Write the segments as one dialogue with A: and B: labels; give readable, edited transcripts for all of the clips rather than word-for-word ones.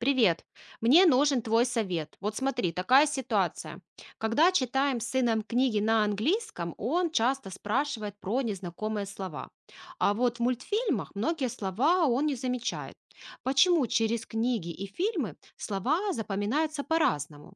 A: Привет. Мне нужен твой совет. Вот смотри, такая ситуация. Когда читаем с сыном книги на английском, он часто спрашивает про незнакомые слова. А вот в мультфильмах многие слова он не замечает. Почему через книги и фильмы слова запоминаются по-разному?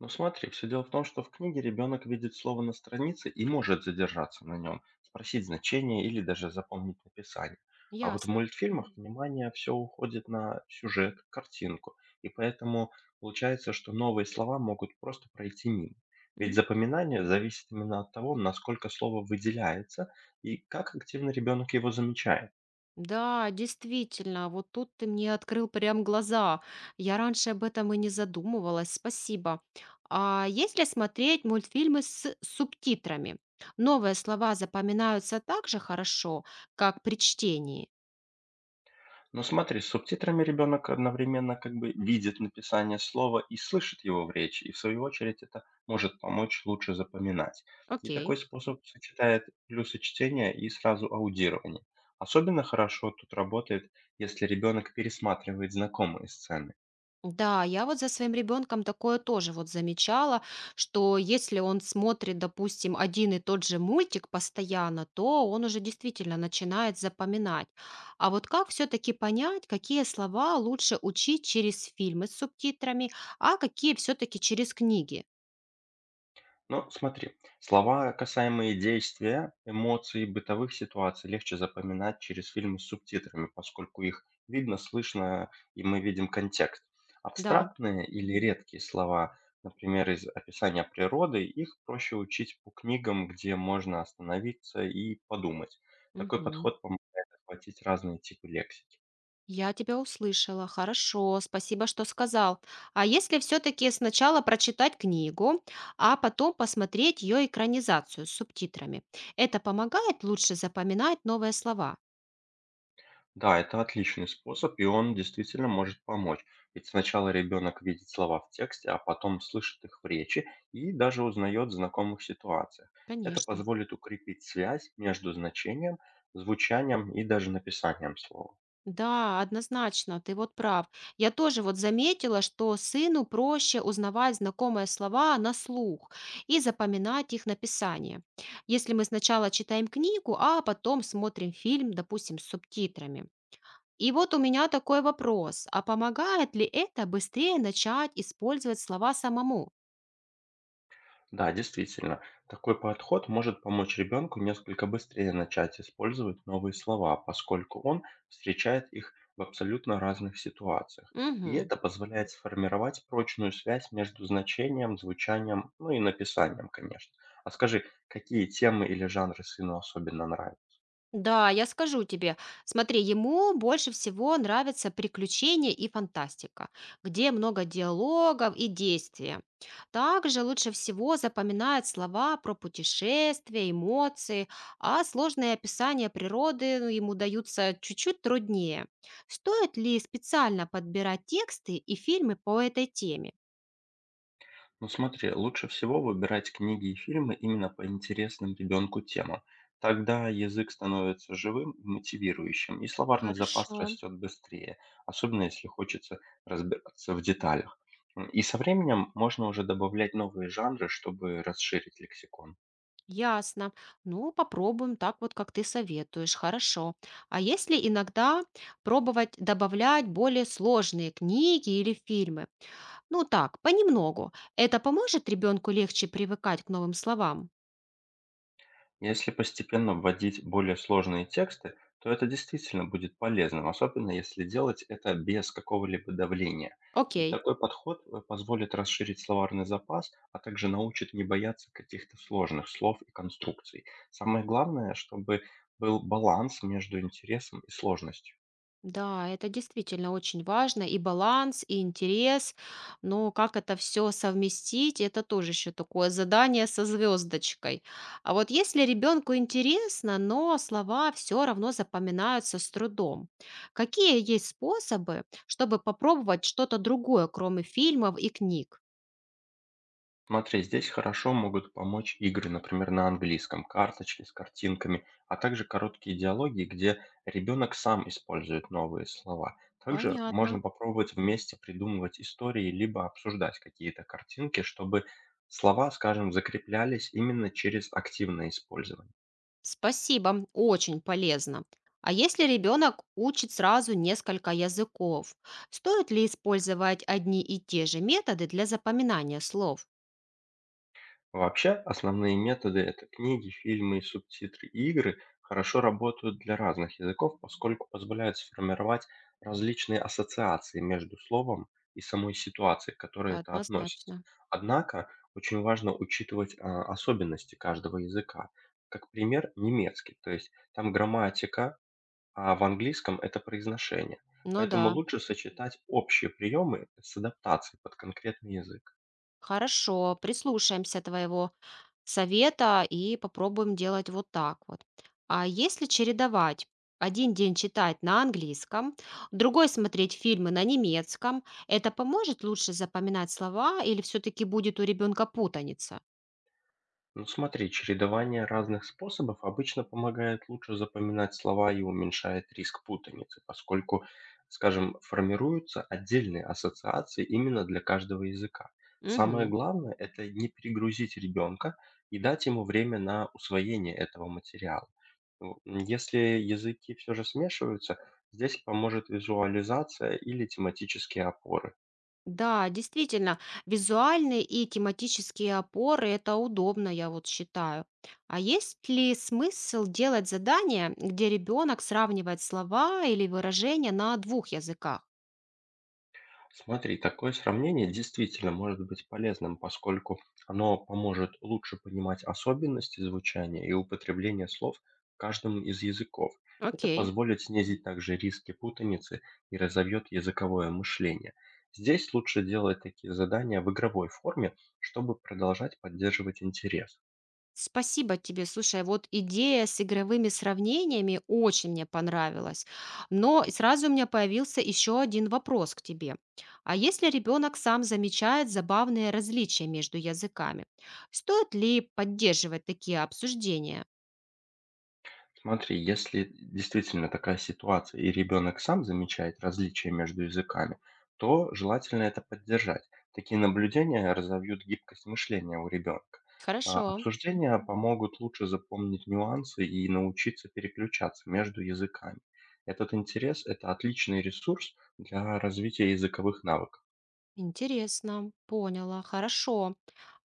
B: Ну смотри, все дело в том, что в книге ребенок видит слово на странице и может задержаться на нем, спросить значение или даже запомнить написание. А вот в
A: Ясно.
B: мультфильмах внимание все уходит на сюжет, картинку, и поэтому получается, что новые слова могут просто пройти мимо. Ведь запоминание зависит именно от того, насколько слово выделяется и как активно ребенок его замечает.
A: Да, действительно, вот тут ты мне открыл прям глаза. Я раньше об этом и не задумывалась. Спасибо. А если смотреть мультфильмы с субтитрами, новые слова запоминаются так же хорошо, как при чтении.
B: Ну смотри, с субтитрами ребенок одновременно как бы видит написание слова и слышит его в речи, и в свою очередь это может помочь лучше запоминать. И такой
A: Окей.
B: способ сочетает плюсы чтения и сразу аудирование. Особенно хорошо тут работает, если ребенок пересматривает знакомые сцены.
A: Да, я вот за своим ребенком такое тоже вот замечала, что если он смотрит, допустим, один и тот же мультик постоянно, то он уже действительно начинает запоминать. А вот как все-таки понять, какие слова лучше учить через фильмы с субтитрами, а какие все-таки через книги?
B: Ну, смотри, слова, касаемые действия, эмоций и бытовых ситуаций легче запоминать через фильмы с субтитрами, поскольку их видно, слышно, и мы видим контекст.
A: Да.
B: Абстрактные или редкие слова, например, из описания природы, их проще учить по книгам, где можно остановиться и подумать. Такой
A: Мгм.
B: подход помогает охватить разные типы лексики.
A: Я тебя услышала. Хорошо, спасибо, что сказал. А если все-таки сначала прочитать книгу, а потом посмотреть ее экранизацию с субтитрами? Это помогает лучше запоминать новые слова?
B: Да, это отличный способ, и он действительно может помочь. Ведь сначала ребенок видит слова в тексте, а потом слышит их в речи и даже узнает в знакомых ситуациях. Это
A: Конечно.
B: позволит укрепить связь между значением, звучанием и даже написанием слова.
A: Да, однозначно, ты вот прав. Я тоже вот заметила, что сыну проще узнавать знакомые слова на слух и запоминать их написание. Если мы сначала читаем книгу, а потом смотрим фильм, допустим, с субтитрами. И вот у меня такой вопрос. А помогает ли это быстрее начать использовать слова самому?
B: Да, действительно, такой подход может помочь ребенку несколько быстрее начать использовать новые слова, поскольку он встречает их в абсолютно разных ситуациях. И
A: Мгм.
B: это позволяет сформировать прочную связь между значением, звучанием, ну и написанием, конечно. А скажи, какие темы или жанры сыну особенно нравятся?
A: Да, я скажу тебе. Смотри, ему больше всего нравятся приключения и фантастика, где много диалогов и действия. Также лучше всего запоминает слова про путешествия, эмоции, а сложные описания природы ну, ему даются чуть-чуть труднее. Стоит ли специально подбирать тексты и фильмы по этой теме?
B: Ну смотри, лучше всего выбирать книги и фильмы именно по интересным ребенку темам. Тогда язык становится живым и мотивирующим, и словарный запас
A: Хорошо,
B: растет быстрее, особенно если хочется разбираться в деталях. И со временем можно уже добавлять новые жанры, чтобы расширить лексикон.
A: ясно. Ну, попробуем так вот, как ты советуешь. Хорошо. А если иногда пробовать добавлять более сложные книги или фильмы? Ну так, понемногу. Это поможет ребенку легче привыкать к новым словам?
B: Если постепенно вводить более сложные тексты, то это действительно будет полезным, особенно если делать это без какого-либо давления. И
A: Окей.
B: такой подход позволит расширить словарный запас, а также научит не бояться каких-то сложных слов и конструкций. Самое главное, чтобы был баланс между интересом и сложностью.
A: Да, это действительно очень важно, и баланс, и интерес, но как это все совместить, это тоже еще такое задание со звездочкой. А вот если ребенку интересно, но слова все равно запоминаются с трудом, какие есть способы, чтобы попробовать что-то другое, кроме фильмов и книг?
B: Смотри, здесь хорошо могут помочь игры, например, на английском, карточки с картинками, а также короткие диалоги, где ребенок сам использует новые слова. Также
A: Понятно.
B: можно попробовать вместе придумывать истории, либо обсуждать какие-то картинки, чтобы слова, скажем, закреплялись именно через активное использование.
A: Спасибо, очень полезно. А если ребенок учит сразу несколько языков, стоит ли использовать одни и те же методы для запоминания слов?
B: Вообще, основные методы– это книги, фильмы и субтитры. И игры хорошо работают для разных языков, поскольку позволяют сформировать различные ассоциации между словом и самой ситуацией, к которой это относится.
A: Однозначно.
B: Однако, очень важно учитывать особенности каждого языка. Как пример, немецкий. То есть там грамматика, а в английском это произношение.
A: Ну да,
B: Поэтому лучше сочетать общие приемы с адаптацией под конкретный язык.
A: хорошо, прислушаемся твоего совета и попробуем делать вот так вот. А если чередовать? Один день читать на английском, другой смотреть фильмы на немецком. Это поможет лучше запоминать слова или все-таки будет у ребенка путаница?
B: Ну смотри, чередование разных способов обычно помогает лучше запоминать слова и уменьшает риск путаницы, поскольку, скажем, формируются отдельные ассоциации именно для каждого языка. Самое
A: Мгм.
B: главное– это не перегрузить ребенка и дать ему время на усвоение этого материала. Если языки все же смешиваются, здесь поможет визуализация или тематические опоры.
A: Да, действительно, визуальные и тематические опоры– это удобно, я вот считаю. А есть ли смысл делать задания, где ребенок сравнивает слова или выражения на двух языках?
B: Смотри, такое сравнение действительно может быть полезным, поскольку оно поможет лучше понимать особенности звучания и употребления слов в каждом из языков. Это
A: Окей.
B: позволит снизить также риски путаницы и разовьет языковое мышление. Здесь лучше делать такие задания в игровой форме, чтобы продолжать поддерживать интерес.
A: Спасибо тебе. Слушай, вот идея с игровыми сравнениями очень мне понравилась. Но сразу у меня появился еще один вопрос к тебе. А если ребенок сам замечает забавные различия между языками, стоит ли поддерживать такие обсуждения?
B: Смотри, если действительно такая ситуация, и ребенок сам замечает различия между языками, то желательно это поддержать. Такие наблюдения разовьют гибкость мышления у ребенка.
A: Хорошо,
B: Обсуждения помогут лучше запомнить нюансы и научиться переключаться между языками. Этот интерес– это отличный ресурс для развития языковых навыков.
A: интересно, поняла, хорошо.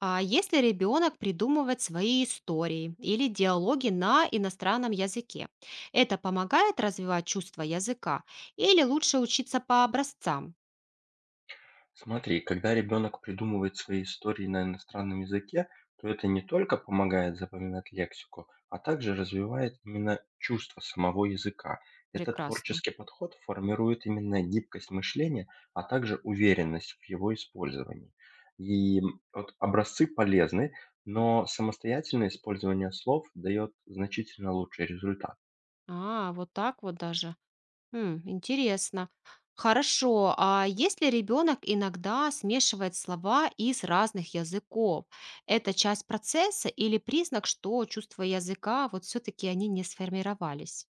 A: А если ребенок придумывает свои истории или диалоги на иностранном языке, это помогает развивать чувство языка или лучше учиться по образцам?
B: Смотри, когда ребенок придумывает свои истории на иностранном языке, то это не только помогает запоминать лексику, а также развивает именно чувство самого языка. Этот
A: Прекрасно.
B: творческий подход формирует именно гибкость мышления, а также уверенность в его использовании. И вот образцы полезны, но самостоятельное использование слов дает значительно лучший результат.
A: А, вот так вот даже. М, интересно. Хорошо, а если ребенок иногда смешивает слова из разных языков, это часть процесса или признак, что чувства языка вот все-таки они не сформировались?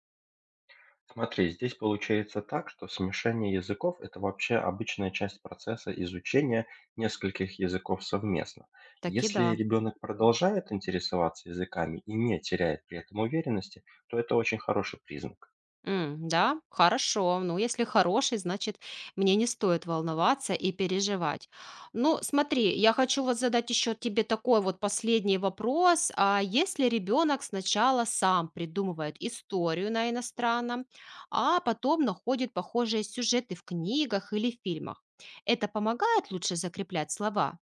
B: Смотри, здесь получается так, что смешение языков– это вообще обычная часть процесса изучения нескольких языков совместно.
A: Таки
B: Если
A: да.
B: ребенок продолжает интересоваться языками и не теряет при этом уверенности, то это очень хороший признак.
A: М, да, хорошо. Ну, если хороший, значит, мне не стоит волноваться и переживать. Ну, смотри, я хочу вот задать еще тебе такой вот последний вопрос. А если ребенок сначала сам придумывает историю на иностранном, а потом находит похожие сюжеты в книгах или фильмах, это помогает лучше закреплять слова?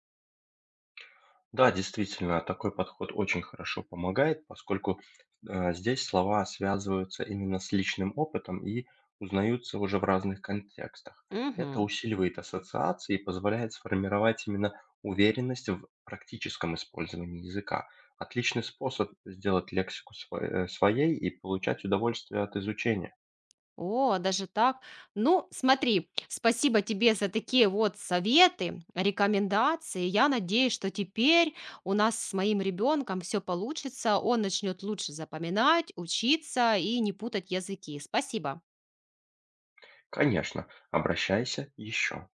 B: Да, действительно, такой подход очень хорошо помогает, поскольку здесь слова связываются именно с личным опытом и узнаются уже в разных контекстах. Это
A: Мгм.
B: усиливает ассоциации и позволяет сформировать именно уверенность в практическом использовании языка. Отличный способ сделать лексику своей и получать удовольствие от изучения.
A: О, даже так. Ну, смотри, спасибо тебе за такие вот советы, рекомендации. Я надеюсь, что теперь у нас с моим ребенком все получится. Он начнет лучше запоминать, учиться и не путать языки. Спасибо.
B: Конечно, обращайся еще.